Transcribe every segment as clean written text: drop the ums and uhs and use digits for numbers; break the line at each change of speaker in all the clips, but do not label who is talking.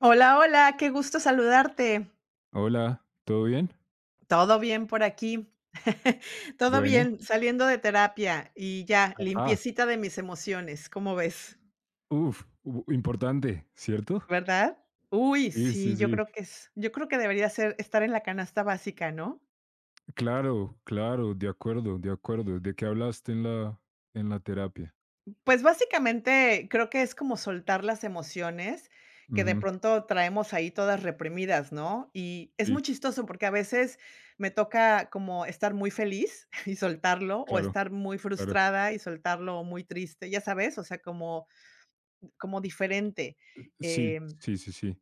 Hola, hola, qué gusto saludarte.
Hola, ¿todo bien?
Todo bien por aquí. Todo
Bueno,
bien, saliendo de terapia y ya,
ajá,
limpiecita de mis emociones, ¿cómo ves?
uf, importante, ¿cierto?
¿Verdad? Uy,
Sí, sí,
sí, yo
sí.
creo que debería ser estar en la canasta básica, ¿no?
Claro, claro, de acuerdo, de acuerdo. ¿De qué hablaste en la terapia?
Pues, básicamente, creo que es como soltar las emociones que de
Ujú.
pronto traemos ahí todas reprimidas, ¿no? Y es muy
Sí,
chistoso porque a veces me toca como estar muy feliz y soltarlo, o
claro,
estar muy
claro.
frustrada y soltarlo, o muy triste, ¿ya sabes? O sea, como diferente.
Sí,
Em,
sí, sí, sí.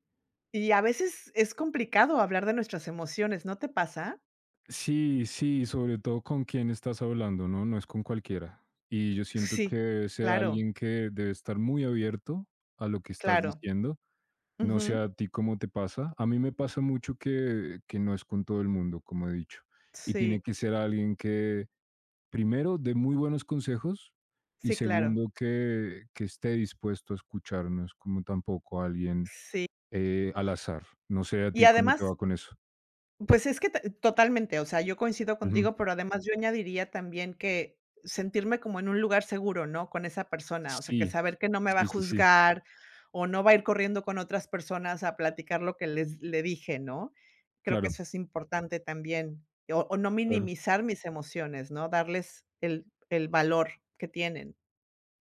y a veces es complicado hablar de nuestras emociones, ¿no te pasa?
Sí, sí, sobre todo con quién estás hablando, ¿no? No es con cualquiera. Y yo siento que
Sí,
debe ser
claro,
alguien que debe estar muy abierto a lo que estás
claro.
diciendo. No sé
Ujú.
a ti cómo te pasa. A mí me pasa mucho que no es con todo el mundo, como he dicho. Y tiene
Sí,
que ser alguien que, primero, dé muy buenos consejos, y
sí, claro.
segundo, que esté dispuesto a escucharnos, como tampoco alguien
Sí.
al azar. No sé a
Y
ti cómo te
además,
va con eso.
pues es que t totalmente. O sea, yo coincido
Ujú.
contigo, pero además yo añadiría también que sentirme como en un lugar seguro, ¿no? Con esa persona, o sea, que
Sí,
saber que no me va a
sí, sí, sí.
juzgar o no va a ir corriendo con otras personas a platicar lo que les le dije, ¿no? Creo que
Claro,
eso es importante también, o no
claro.
minimizar mis emociones, ¿no? Darles el valor que tienen,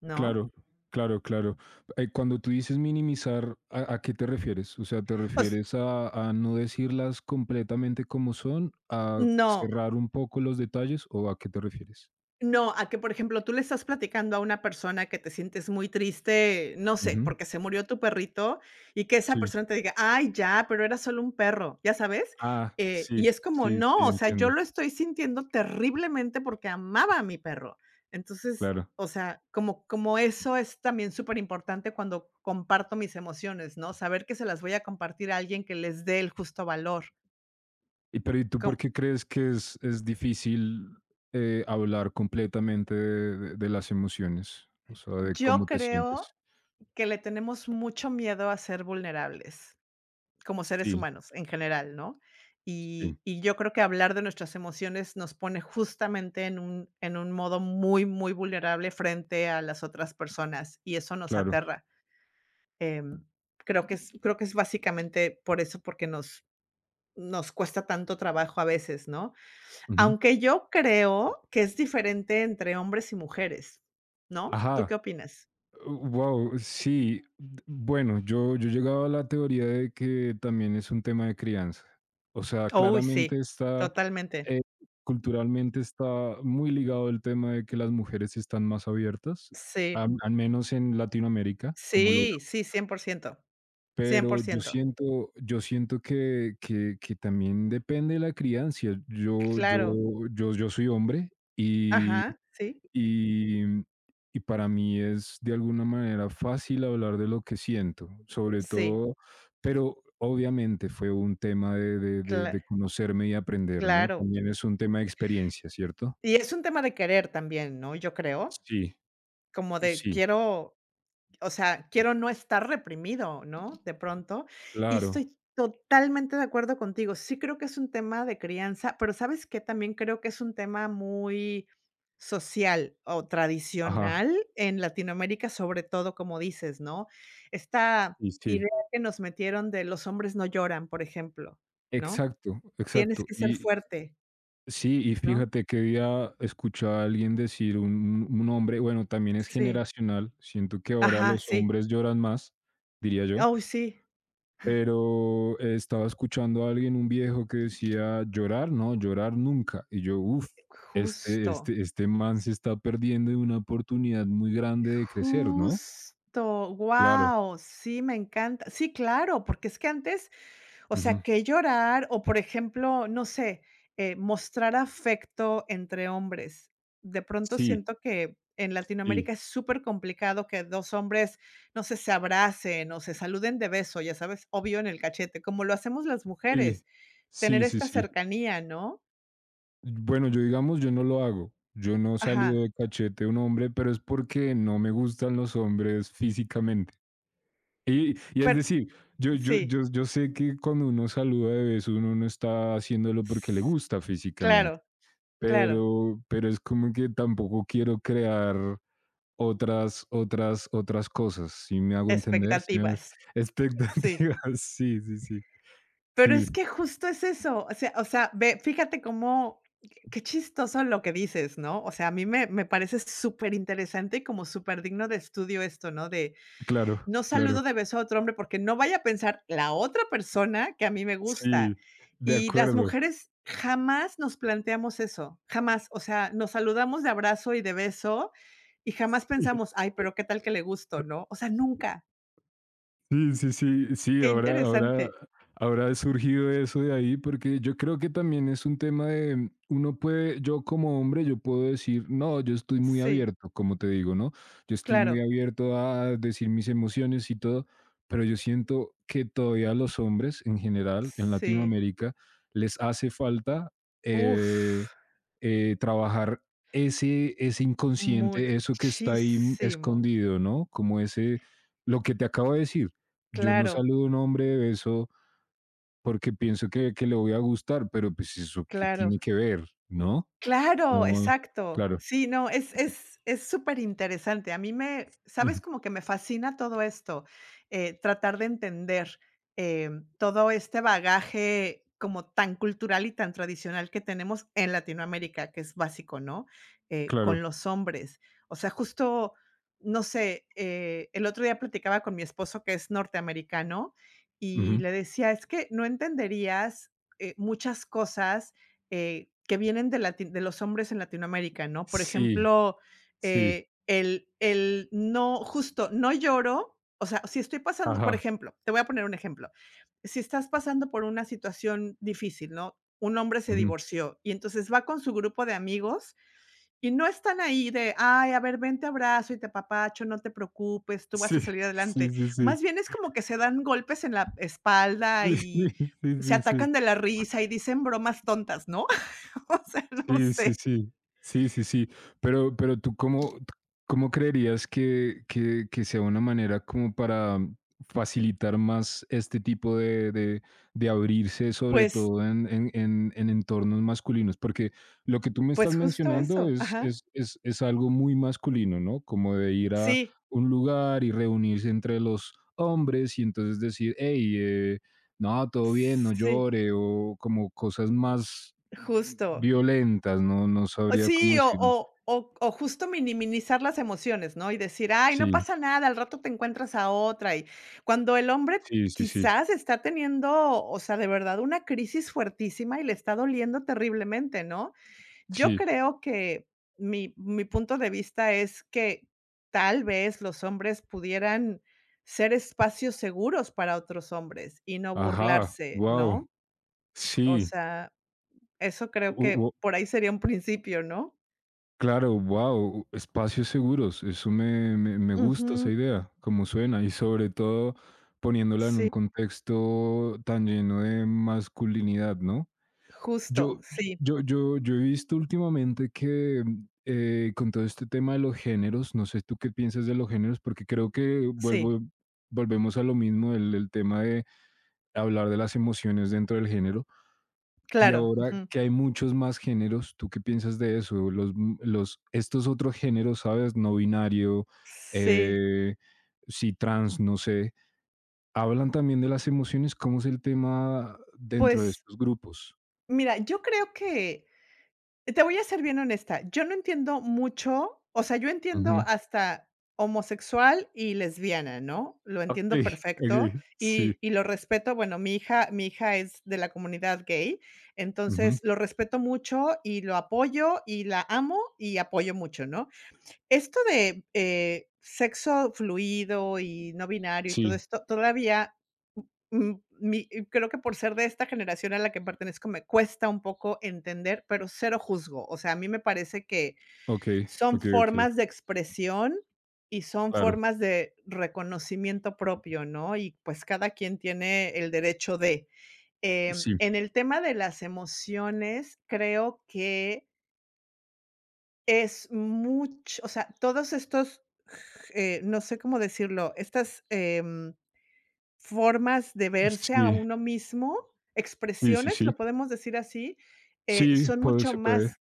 ¿no?
Claro, claro, claro. Cuando tú dices minimizar, ¿a qué te refieres? O sea, ¿te
Os
refieres a no decirlas completamente como son, a
no,
cerrar un poco los detalles o a qué te refieres?
no, a que, por ejemplo, tú le estás platicando a una persona que te sientes muy triste, no sé,
Ujú.
porque se murió tu perrito y que esa
Sí.
persona te diga: "Ay, ya, pero era solo un perro", ¿ya sabes?
Ah,
Y
sí,
es como:
sí,
"No,
sí,
o sea, yo
entiendo,
lo estoy sintiendo terriblemente porque amaba a mi perro". Entonces,
claro.
o sea, como como eso es también súper importante cuando comparto mis emociones, ¿no? Saber que se las voy a compartir a alguien que les dé el justo valor.
Y pero ¿y tú
Com
por qué crees que es difícil hablar completamente de, de las emociones? O sea, de
yo
cómo te
creo
sientes.
que le tenemos mucho miedo a ser vulnerables, como seres
Sí,
humanos en general, ¿no?
sí,
Y yo creo que hablar de nuestras emociones nos pone justamente en un modo muy, muy vulnerable frente a las otras personas y eso nos
claro.
aterra. Em, creo que es básicamente por eso, porque nos cuesta tanto trabajo a veces, ¿no?
Ujú.
Aunque yo creo que es diferente entre hombres y mujeres, ¿no? ¿Tú qué
Ajá.
opinas?
Wow, sí. Bueno, yo llegaba a la teoría de que también es un tema de crianza. O sea,
Uy,
claramente
sí,
está,
totalmente.
eh, culturalmente está muy ligado el tema de que las mujeres están más abiertas,
Sí,
al menos en Latinoamérica, como lo...
sí, sí, cien por ciento, cien por
Pero yo
ciento.
siento, yo siento que también depende de la crianza. Yo, yo,
Claro,
yo, yo soy hombre, y
ajá, sí,
y y para mí es de alguna manera fácil hablar de lo que siento, sobre
sí,
todo, pero obviamente fue un tema de, de, de,
cla
de conocerme y aprender, ¿no?
claro.
También es un tema de experiencia, ¿cierto?
Y es un tema de querer también, ¿no? Yo creo,
Sí,
como de
sí,
quiero, o sea, quiero no estar reprimido, ¿no? De pronto. Y
claro.
estoy totalmente de acuerdo contigo. Sí creo que es un tema de crianza, pero ¿sabes qué? También creo que es un tema muy social o
Ajá.
tradicional en Latinoamérica, sobre todo, como dices, ¿no? Esta
Sí, sí.
idea que nos metieron de los hombres no lloran, por ejemplo, ¿no?
Exacto,
Tienes
exacto.
que ser
Y
fuerte,
sí, y
¿no?
fíjate que día escuchaba a alguien decir un, un hombre, bueno, también es
Sí.
generacional, siento que ahora
Ajá,
los
sí.
hombres lloran más, diría yo,
Uy, sí.
pero estaba escuchando a alguien, un viejo que decía, llorar, no, llorar nunca. Y yo, uff, este,
Justo,
este, este man se está perdiendo de una oportunidad muy grande de crecer, ¿no?
justo.
Claro.
Wow, sí, me encanta. Sí, claro, porque es que antes, o sea,
Ujú.
que llorar o, por ejemplo, no sé, mostrar afecto entre hombres. De pronto
Sí,
siento que en
sí,
Latinoamérica es súper complicado que 2 hombres, no sé, se abracen o se saluden de beso, ya sabes, obvio en el cachete, como lo hacemos las
sí,
mujeres, tener
sí, sí,
esta
sí.
cercanía, ¿no?
Bueno, yo digamos, yo no lo hago. Yo no saludo
Ajá,
de cachete a un hombre, pero es porque no me gustan los hombres físicamente. Y es
pero
decir, yo, yo,
sí,
yo, yo sé que cuando uno saluda de beso, uno no está haciéndolo porque le
s
gusta físicamente.
claro, claro,
Pero es como que tampoco quiero crear otras cosas, si me hago entender, si me
expectativas,
expectativas,
sí.
sí, sí, sí,
Pero es
sí,
que justo es eso, o sea, o sea, ve, fíjate cómo qué chistoso lo que dices, ¿no? O sea, a mí me parece súper interesante y como súper digno de estudio esto, ¿no? De
claro,
no
claro,
saludo de beso a otro hombre porque no vaya a pensar la otra persona que a mí me gusta.
sí, de
Y las
acuerdo.
mujeres jamás nos planteamos eso, jamás. O sea, nos saludamos de abrazo y de beso. Y jamás pensamos: "Ay, pero qué tal que le gusto", ¿no? O sea, nunca.
Sí, sí, sí, sí,
Qué
ahora, ahora,
interesante.
ahora ha surgido eso de ahí, porque yo creo que también es un tema de, uno puede, yo como hombre, yo puedo decir, no, yo estoy muy
Sí,
abierto, como te digo, ¿no? Yo estoy muy
claro.
abierto a decir mis emociones y todo, pero yo siento que todavía a los hombres en general, en
Sí.
Latinoamérica, les hace falta
Uf,
eh, trabajar ese inconsciente, eso que está ahí
muchísimo.
escondido, ¿no? Como ese lo que te acabo de decir, yo no
Claro,
saludo a un hombre de beso porque pienso que le voy a gustar, pero, pues, ¿eso qué
claro.
tiene que ver? ¿No?
Claro,
No,
exacto.
claro,
Sí, no, es es súper interesante. A mí me,
ujú,
¿sabes? Como que me fascina todo esto. Tratar de entender, todo este bagaje como tan cultural y tan tradicional que tenemos en Latinoamérica, que es básico, ¿no? Con
claro,
los hombres. O sea, justo, no sé, el otro día platicaba con mi esposo, que es norteamericano, y
ujú.
le decía: "Es que no entenderías, muchas cosas que vienen de lati de los hombres en Latinoamérica, ¿no? Por
Sí,
ejemplo,
sí,
el no justo, no lloro, o sea, si estoy pasando, por
ajá,
ejemplo, te voy a poner un ejemplo. Si estás pasando por una situación difícil, ¿no? Un hombre se
ujú.
divorció y entonces va con su grupo de amigos y no están ahí de: "Ay, a ver, ven, te abrazo y te apapacho, no te preocupes, tú vas
Sí,
a salir
sí,
adelante".
sí, sí.
Más bien es como que se dan golpes en la espalda
Sí,
y se
sí, sí, sí.
atacan de la risa y dicen bromas tontas, ¿no? O sea, no
Sí, sí,
sé.
sí. Sí, sí, sí. Pero tú, ¿cómo creerías que que sea una manera como para facilitar más este tipo de abrirse, sobre
Pues
todo en entornos masculinos? Porque lo que tú me estás
pues justo
mencionando
eso,
es
ajá.
es es es algo muy masculino, ¿no? Como de ir a
Sí,
un lugar y reunirse entre los hombres y entonces decir: "Hey, no, todo bien, no
sí,
llore", o como cosas más
justo.
violentas, no
O
sabría cómo
sí,
decirlo.
o justo minimizar las emociones, ¿no? Y decir: "Ay, no
Sí,
pasa nada, al rato te encuentras a otra", y cuando el hombre
sí, sí, sí,
quizás está teniendo, o sea, de verdad una crisis fuertísima y le está doliendo terriblemente, ¿no? Yo
sí.
creo que mi punto de vista es que tal vez los hombres pudieran ser espacios seguros para otros hombres y no
Ajá,
burlarse,
wow.
¿no? O
Sí,
sea, eso creo
u
que
u
por ahí sería un principio, ¿no?
claro, wow, espacios seguros, eso me gusta esa
Ujú.
idea, como suena, y sobre todo poniéndola en
Sí,
un contexto tan lleno de masculinidad, ¿no? Yo,
justo, sí,
yo he visto últimamente que con todo este tema de los géneros, no sé tú qué piensas de los géneros, porque creo que
sí,
volvemos a lo mismo, el tema de hablar de las emociones dentro del género. Y
claro,
ahora
ujú.
que hay muchos más géneros, ¿tú qué piensas de eso? Estos otros géneros, ¿sabes? No binario,
Sí.
eh, sí, trans, no sé. Hablan también de las emociones, ¿cómo es el tema dentro de
Pues,
estos grupos?
mira, yo creo que, te voy a ser bien honesta, yo no entiendo mucho. O sea, yo entiendo hasta homosexual y lesbiana, ¿no? Lo entiendo
Okey,
perfecto
okey, sí,
y lo respeto. Bueno, mi hija es de la comunidad gay,
ujú,
entonces lo respeto mucho y lo apoyo y la amo y apoyo mucho, ¿no? Esto de, sexo fluido y no binario y
sí,
todo esto, todavía Mm, mi creo que por ser de esta generación a la que pertenezco me cuesta un poco entender, pero cero juzgo. O sea, a mí me parece que
okey,
son
okey, okey,
formas de expresión y son
claro,
formas de reconocimiento propio, ¿no? Y, pues, cada quien tiene el derecho de.
sí,
En el tema de las emociones, creo que es mucho, o sea, todos estos, no sé cómo decirlo, estas, em formas de verse a
sí,
uno mismo,
sí, sí,
expresiones,
sí,
lo podemos decir así,
sí,
son
puede
mucho
se puede.
más,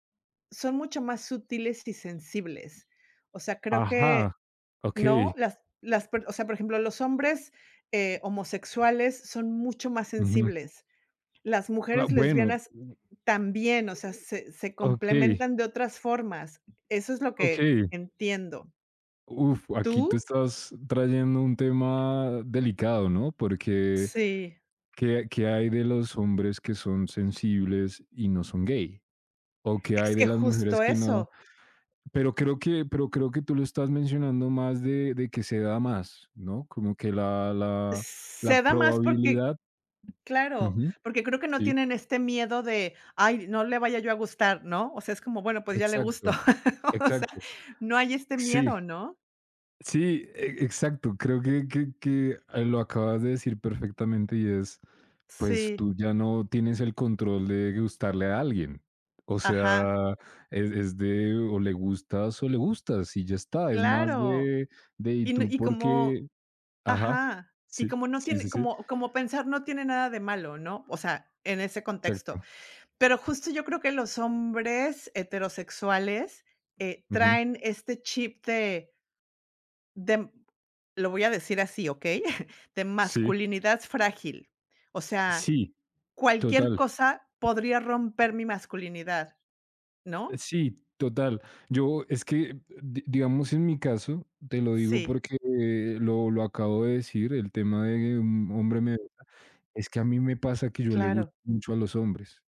son mucho más sutiles y sensibles. O sea, creo
Ajá,
que
okey,
no, las per o sea, por ejemplo, los hombres, homosexuales son mucho más
ujú,
sensibles. Las
ah,
mujeres
bueno,
lesbianas también, o sea, se
okey,
complementan de otras formas. Eso es lo que
okey,
entiendo.
uf, aquí tú
¿Tú?
estás trayendo un tema delicado, ¿no? Porque,
Sí,
¿qué hay de los hombres que son sensibles y no son gay? ¿O qué hay
es
de
que
las mujeres
justo
que no...
eso.
Pero creo que tú lo estás mencionando más de que se da más, ¿no? Como que la
Se da más porque,
probabilidad.
claro,
Ujú,
porque creo que no
sí,
tienen este miedo de: "Ay, no le vaya yo a gustar", ¿no? O sea, es como: "Bueno, pues ya le gusto".
exacto,
O sea,
exacto.
no hay este
Sí,
miedo, ¿no?
sí, exacto. Creo que lo acabas de decir perfectamente y es, pues
Sí,
tú ya no tienes el control de gustarle a alguien. O
ajá,
sea, es de o le gustas y ya está. Es más
claro.
de y
Y no,
tú
y como
porque, ajá,
ajá, y
sí,
como no
sí,
tiene,
sí, sí.
como, como pensar no tiene nada de malo, ¿no? O sea, en ese contexto.
Exacto.
Pero justo yo creo que los hombres heterosexuales,
Ujú.
traen este chip de, lo voy a decir así, ¿ok? De
Sí,
masculinidad frágil. O sea,
sí,
cualquier
total.
cosa podría romper mi masculinidad, ¿no?
Sí, total. Yo es que, di digamos, en mi caso, te lo digo
Sí,
porque lo acabo de decir, el tema de que un hombre me, es que a mí me pasa que yo le gusto
claro.
mucho a los hombres.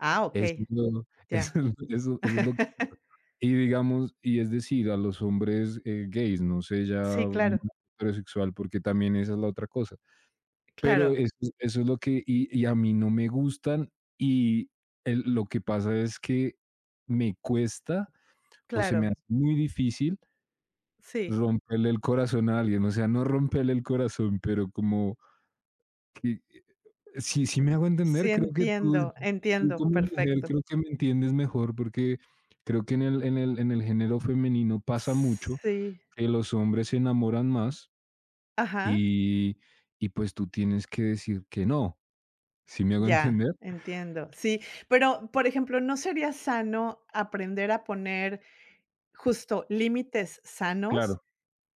Ah,
Eso
okey,
es lo
ya.
eso es lo que pasa. Y digamos, y es decir, a los hombres, gays, no sé ya,
Sí, claro,
heterosexual, porque también esa es la otra cosa. Pero
claro,
eso es lo que, y a mí no me gustan, y el lo que pasa es que me cuesta, o se me
claro.
hace muy difícil
Sí,
romperle el corazón a alguien, o sea, no romperle el corazón, pero como que si sí sí me hago
sí,
entender, creo que tú
entiendo,
tú
entiendo,
como mujer
perfecto.
creo que me entiendes mejor, porque creo que en el género femenino pasa mucho
Sí,
que los hombres se enamoran más,
ajá,
y y pues tú tienes que decir que no, ¿si me hago
ya,
entender?
entiendo. Sí, pero, por ejemplo, ¿no sería sano aprender a poner justo límites sanos?
Claro.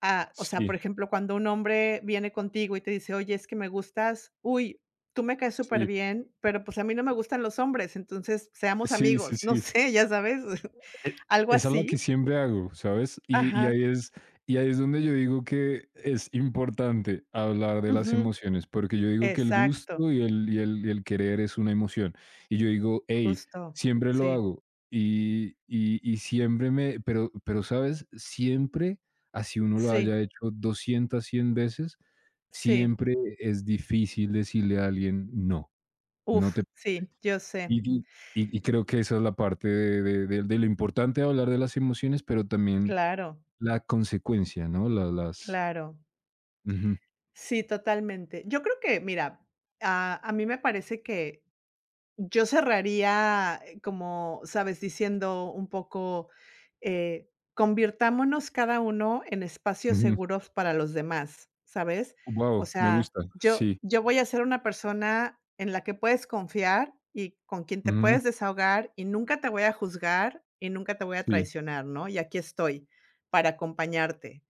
Ah, o sea, por
Sí,
ejemplo, cuando un hombre viene contigo y te dice: "Oye, es que me gustas, uy, tú me caes súper
sí,
bien pero, pues, a mí no me gustan los hombres, entonces seamos
sí, sí,
amigos", no
sí.
sé, ya sabes,
E
algo
esa es la que
así.
siempre hago, ¿sabes? Y
Ajá,
ahí es, y ahí es donde yo digo que es importante hablar de las
ujú,
emociones, porque yo digo que el
exacto,
gusto y el querer es una emoción. Y yo digo: "Hey,
justo,
siempre lo
sí,
hago". Y siempre me pero, ¿sabes? Siempre, así uno lo
sí,
haya hecho 200 100 veces,
sí,
siempre es difícil decirle a alguien: "No, no
uf,
te..."
sí, yo sé,
Y y creo que esa es la parte de lo importante de hablar de las emociones, pero también
claro,
la consecuencia, ¿no? La las
claro,
wow
sí, totalmente. Yo creo que, mira, a mí me parece que yo cerraría, como, ¿sabes? Diciendo un poco, convirtámonos cada uno en espacios seguros para los demás, ¿sabes? O
me
sea,
gusta.
yo
Sí.
yo voy a ser una persona en la que puedes confiar y con quien te
Ujú.
puedes desahogar y nunca te voy a juzgar y nunca te voy a
Sí,
traicionar, ¿no? Y aquí estoy para acompañarte.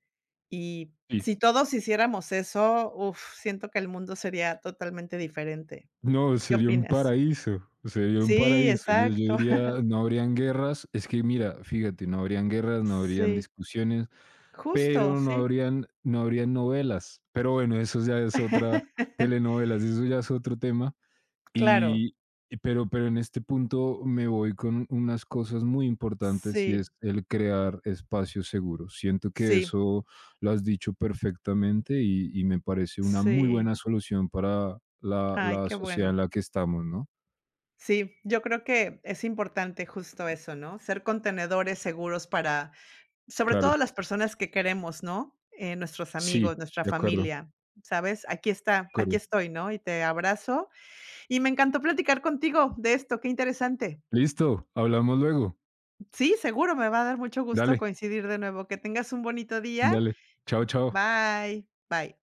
Y
sí.
si todos hiciéramos eso, uf, siento que el mundo sería totalmente diferente.
No,
¿Qué
sería un
opinas?
paraíso, sería un
Sí,
paraíso. Yo
exacto.
diría, no habrían guerras. Es que mira, fíjate, no habrían guerras, no habrían
Sí,
discusiones,
justo,
pero no
sí.
habrían no habrían novelas. Pero bueno, eso ya es otra, telenovelas, eso ya es otro tema.
Claro.
Y y pero en este punto me voy con unas cosas muy importantes, y
Sí,
es el crear espacios seguros. Siento que
sí,
eso lo has dicho perfectamente, y me parece una muy
sí.
buena solución para la
Ay,
la
qué
sociedad en
bueno.
la que estamos, ¿no?
Sí, yo creo que es importante justo eso, ¿no? Ser contenedores seguros para, sobre todo,
Claro,
las personas que queremos, ¿no? Nuestros
sí,
amigos, nuestra
de acuerdo, de
familia, ¿sabes? Aquí está, aquí
acuerdo.
estoy, ¿no? Y te abrazo. Y me encantó platicar contigo de esto, qué interesante.
Listo, hablamos luego.
Sí, seguro, me va a dar mucho gusto
Dale,
coincidir de nuevo. Que tengas un bonito día.
dale. Chao, chao.
Bye, bye.